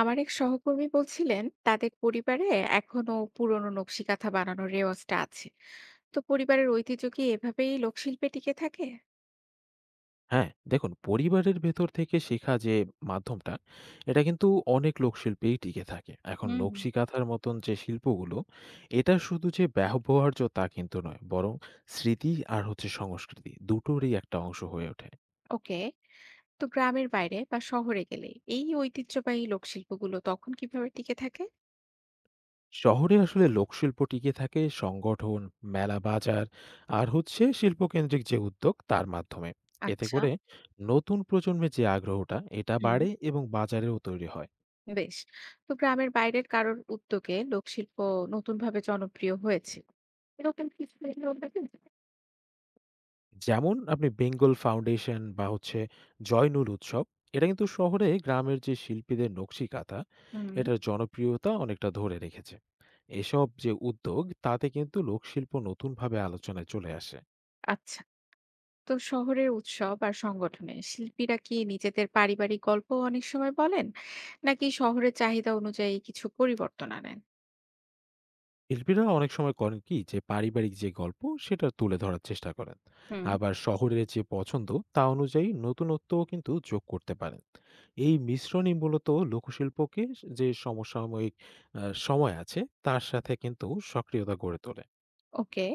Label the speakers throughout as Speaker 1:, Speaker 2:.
Speaker 1: আমার এক সহকর্মী বলছিলেন তাদের পরিবারে এখনো পুরনো নকশি কাঁথা বানানোর রেওয়াজটা আছে। তো পরিবারের ঐতিহ্য কি এভাবেই লোকশিল্পে টিকে থাকে?
Speaker 2: হ্যাঁ, দেখুন পরিবারের ভেতর থেকে শেখা যে মাধ্যমটা, এটা কিন্তু অনেক লোকশিল্পেই টিকে থাকে। এখন
Speaker 1: হুম।
Speaker 2: নকশি কাঁথার মতন যে শিল্পগুলো, এটা শুধু যে ব্যবহার্য তা কিন্তু নয়, বরং স্মৃতি আর হচ্ছে সংস্কৃতি দুটোরই একটা অংশ হয়ে ওঠে।
Speaker 1: ওকে। তো গ্রামের বাইরে বা শহরে গেলে এই ঐতিহ্যবাহী লোকশিল্পগুলো তখন কিভাবে টিকে থাকে?
Speaker 2: শহরে আসলে লোকশিল্প টিকে থাকে সংগঠন, মেলা বাজার আর হচ্ছে শিল্পকেন্দ্রিক যে উদ্যোগ তার মাধ্যমে। এতে
Speaker 1: আচ্ছা।
Speaker 2: করে নতুন প্রজন্মের যে আগ্রহটা এটা
Speaker 1: হুম।
Speaker 2: বাড়ে এবং বাজারেও তৈরি হয়।
Speaker 1: বেশ। তো গ্রামের বাইরের কারোর উদ্যোগে লোকশিল্প নতুন ভাবে জনপ্রিয় হয়েছে, এরকম কিছু উদাহরণ দেবেন?
Speaker 2: যেমন আপনি বেঙ্গল ফাউন্ডেশন বা হচ্ছে জয়নুল উৎসব এটা কিন্তু শহরে গ্রামের যে শিল্পীদের নকশি কাঁথা
Speaker 1: হুম।
Speaker 2: এটার জনপ্রিয়তা অনেকটা ধরে রেখেছে। এসব যে উদ্যোগ তাতে কিন্তু লোকশিল্প নতুনভাবে আলোচনায় চলে আসে।
Speaker 1: আচ্ছা। তো শহরের উৎসব আর সংগঠনে শিল্পীরা কি নিজেদের পারিবারিক গল্প অনেক সময় বলেন, নাকি শহরের চাহিদা অনুযায়ী কিছু পরিবর্তন আনেন?
Speaker 2: শিল্পীরা অনেক সময় করেন কি যে পারিবারিক যে গল্প সেটা তুলে ধরার চেষ্টা করেন,
Speaker 1: হুম।
Speaker 2: আবার শহরের যে পছন্দ তা অনুযায়ী নতুনত্বও কিন্তু যোগ করতে পারেন। এই মিশ্রণই মূলত লোকশিল্পকে যে সমসাময়িক সময় আছে তার সাথে কিন্তু সক্রিয়তা গড়ে তোলে।
Speaker 1: ওকে।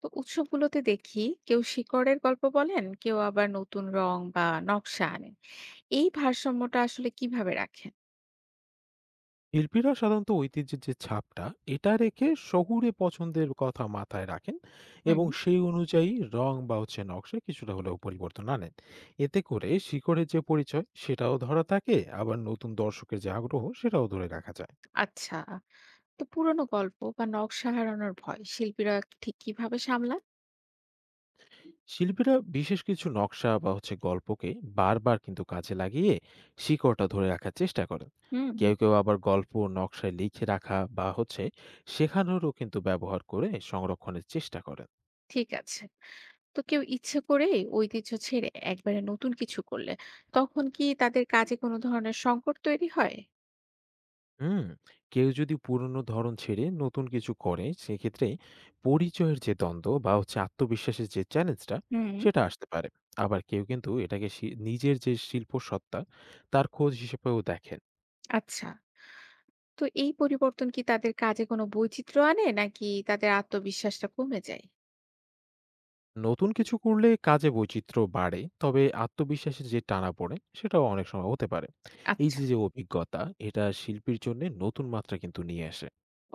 Speaker 1: তো উৎসবগুলোতে দেখি কেউ শিকড়ের গল্প বলেন, কেউ আবার নতুন রং বা নকশা আনেন। এই ভারসাম্যটা আসলে কিভাবে রাখেন?
Speaker 2: শিল্পীরা সাধারণত ঐতিহ্যের যে ছাপটা এটা রেখে শহুরে পছন্দের কথা মাথায় রাখেন
Speaker 1: হুম।
Speaker 2: এবং সেই অনুযায়ী রং বা হচ্ছে নকশা কিছুটা হলেও পরিবর্তন আনেন। এতে করে শিকড়ের যে পরিচয় সেটাও ধরা থাকে, আবার নতুন দর্শকের যে আগ্রহ সেটাও ধরে রাখা যায়।
Speaker 1: আচ্ছা। তো পুরনো গল্প বা নকশা হারানোর ভয় শিল্পীরা ঠিক কিভাবে সামলান?
Speaker 2: শিল্পীরা বিশেষ কিছু নকশা বা হচ্ছে গল্পকে বারবার কিন্তু কাজে লাগিয়ে শিকড়টা ধরে রাখার চেষ্টা করেন।
Speaker 1: হুম।
Speaker 2: কেউ কেউ আবার গল্প নকশায় লিখে রাখা বা হচ্ছে শেখানোরও কিন্তু ব্যবহার করে সংরক্ষণের চেষ্টা করেন।
Speaker 1: ঠিক আছে। তো কেউ ইচ্ছে করে ঐতিহ্য ছেড়ে একবারে নতুন কিছু করলে তখন কি তাদের কাজে কোনো ধরনের সংকট তৈরি হয়?
Speaker 2: হুম, কেউ যদি পুরনো ধরন ছেড়ে নতুন কিছু করে সেক্ষেত্রে পরিচয়ের যে দ্বন্দ্ব বা হচ্ছে আত্মবিশ্বাসের যে চ্যালেঞ্জটা
Speaker 1: হুম।
Speaker 2: সেটা আসতে পারে। আবার কেউ কিন্তু এটাকে নিজের যে শিল্প সত্তা তার খোঁজ হিসেবেও দেখেন।
Speaker 1: আচ্ছা। তো এই পরিবর্তন কি তাদের কাজে কোনো বৈচিত্র্য আনে, নাকি তাদের আত্মবিশ্বাসটা কমে যায়?
Speaker 2: নতুন কিছু করলে কাজে বৈচিত্র্য বাড়ে, তবে আত্মবিশ্বাসের যে টানা পড়ে সেটাও অনেক সময় হতে পারে। এই
Speaker 1: আচ্ছা,
Speaker 2: যে যে অভিজ্ঞতা এটা শিল্পীর জন্য নতুন মাত্রা কিন্তু নিয়ে আসে।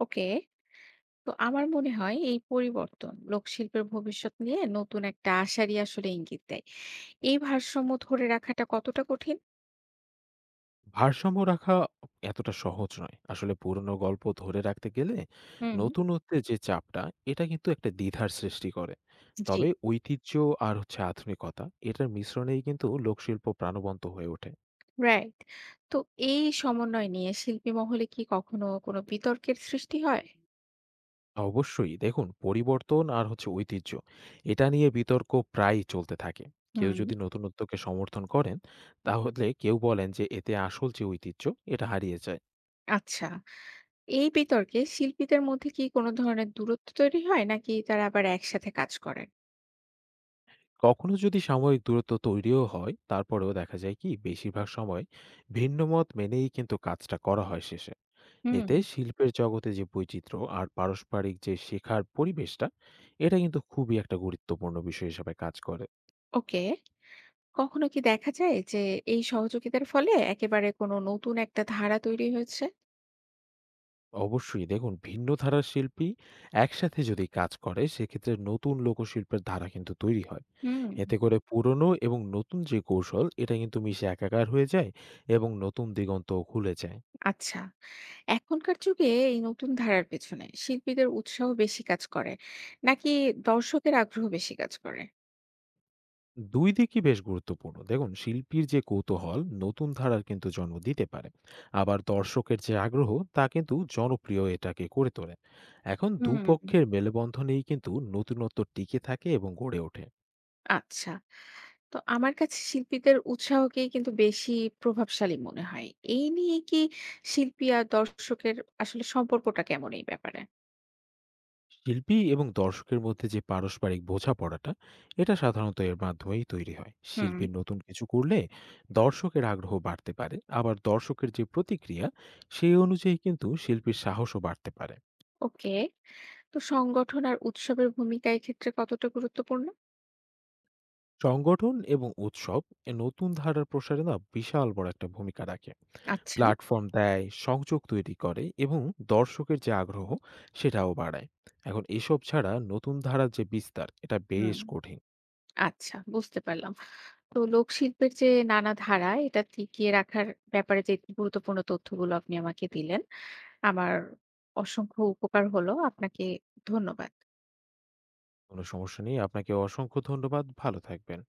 Speaker 1: ওকে। তো আমার মনে হয় এই পরিবর্তন লোকশিল্পের ভবিষ্যৎ নিয়ে নতুন একটা আশারই আসলে ইঙ্গিত দেয়। এই ভারসাম্য ধরে রাখাটা কতটা কঠিন?
Speaker 2: ভারসাম্য রাখা এতটা সহজ নয়। আসলে পুরনো গল্প ধরে রাখতে গেলে
Speaker 1: হুম।
Speaker 2: নতুনত্বের যে চাপটা, এটা কিন্তু একটা দ্বিধার সৃষ্টি করে।
Speaker 1: জি।
Speaker 2: তবে ঐতিহ্য আর হচ্ছে আধুনিকতা, এটার মিশ্রণেই কিন্তু লোকশিল্প প্রাণবন্ত হয়ে ওঠে।
Speaker 1: রাইট। তো এই সমন্বয় নিয়ে শিল্পী মহলে কি কখনো কোনো বিতর্কের সৃষ্টি হয়?
Speaker 2: অবশ্যই দেখুন পরিবর্তন আর হচ্ছে ঐতিহ্য, এটা নিয়ে বিতর্ক প্রায়ই চলতে থাকে। কেউ
Speaker 1: হুম।
Speaker 2: যদি নতুনত্বকে সমর্থন করেন, তাহলে কেউ বলেন যে এতে আসল যে ঐতিহ্য, এটা হারিয়ে যায়।
Speaker 1: আচ্ছা। এই বিতর্কে শিল্পীদের মধ্যে কি কোনো ধরনের দূরত্ব তৈরি হয়, নাকি তারা আবার একসাথে কাজ করেন?
Speaker 2: কখনো যদি সাময়িক দূরত্ব তৈরিও হয়, তারপরেও দেখা যায় কি বেশিরভাগ সময় ভিন্ন মত মেনেই কিন্তু কাজটা করা হয় শেষে।
Speaker 1: হুম।
Speaker 2: এতে শিল্পের জগতে যে বৈচিত্র্য আর পারস্পরিক যে শেখার পরিবেশটা এটা কিন্তু খুবই একটা গুরুত্বপূর্ণ বিষয় হিসাবে কাজ করে।
Speaker 1: ওকে। কখনো কি দেখা যায় যে এই সহযোগিতার ফলে একেবারে কোনো নতুন একটা ধারা তৈরি হয়েছে?
Speaker 2: অবশ্যই দেখুন ভিন্ন ধারার শিল্পী একসাথে যদি কাজ করে সেক্ষেত্রে নতুন লোকশিল্পের ধারা কিন্তু তৈরি হয়।
Speaker 1: হুম।
Speaker 2: এতে করে পুরনো এবং নতুন যে কৌশল এটা কিন্তু মিশে একাকার হয়ে যায় এবং নতুন দিগন্ত খুলে যায়।
Speaker 1: আচ্ছা। এখনকার যুগে এই নতুন ধারার পেছনে শিল্পীদের উৎসাহ বেশি কাজ করে, নাকি দর্শকের আগ্রহ বেশি কাজ করে?
Speaker 2: দুই দিকই বেশ গুরুত্বপূর্ণ। দেখুন শিল্পীর যে কৌতূহল নতুন ধারার কিন্তু জন্ম দিতে পারে, আবার দর্শকের যে আগ্রহ তা কিন্তু জনপ্রিয় এটাকে করে তোলে। এখন
Speaker 1: হুম।
Speaker 2: দুপক্ষের মেলবন্ধনেই কিন্তু নতুনত্ব টিকে থাকে এবং গড়ে ওঠে।
Speaker 1: আচ্ছা। তো আমার কাছে শিল্পীদের উৎসাহকেই কিন্তু বেশি প্রভাবশালী মনে হয়। এই নিয়ে কি শিল্পী আর দর্শকের আসলে সম্পর্কটা কেমন এই ব্যাপারে?
Speaker 2: শিল্পী এবং দর্শকের মধ্যে যে পারস্পরিক বোঝাপড়াটা এটা সাধারণত এর মাধ্যমেই তৈরি হয়।
Speaker 1: হুম।
Speaker 2: শিল্পীর নতুন কিছু করলে দর্শকের আগ্রহ বাড়তে পারে, আবার দর্শকের যে প্রতিক্রিয়া সেই অনুযায়ী কিন্তু শিল্পীর সাহসও বাড়তে পারে।
Speaker 1: ওকে। তো সংগঠন আর উৎসবের ভূমিকা এক্ষেত্রে কতটা গুরুত্বপূর্ণ?
Speaker 2: সংগঠন এবং উৎসব এ নতুন ধারার প্রসারে না বিশাল বড় একটা ভূমিকা রাখে।
Speaker 1: আচ্ছা।
Speaker 2: প্ল্যাটফর্ম দেয়, সংযোগ তৈরি করে এবং দর্শকের যে আগ্রহ সেটাও বাড়ায়। এখন এসব ছাড়া নতুন ধারার যে বিস্তার এটা বেশ
Speaker 1: হুম।
Speaker 2: কঠিন।
Speaker 1: আচ্ছা, বুঝতে পারলাম। তো লোকশিল্পের যে নানা ধারা এটা টিকিয়ে রাখার ব্যাপারে যে গুরুত্বপূর্ণ তথ্যগুলো আপনি আমাকে দিলেন, আমার অসংখ্য উপকার হলো। আপনাকে ধন্যবাদ।
Speaker 2: কোনো সমস্যা নেই, আপনাকে অসংখ্য ধন্যবাদ, ভালো থাকবেন।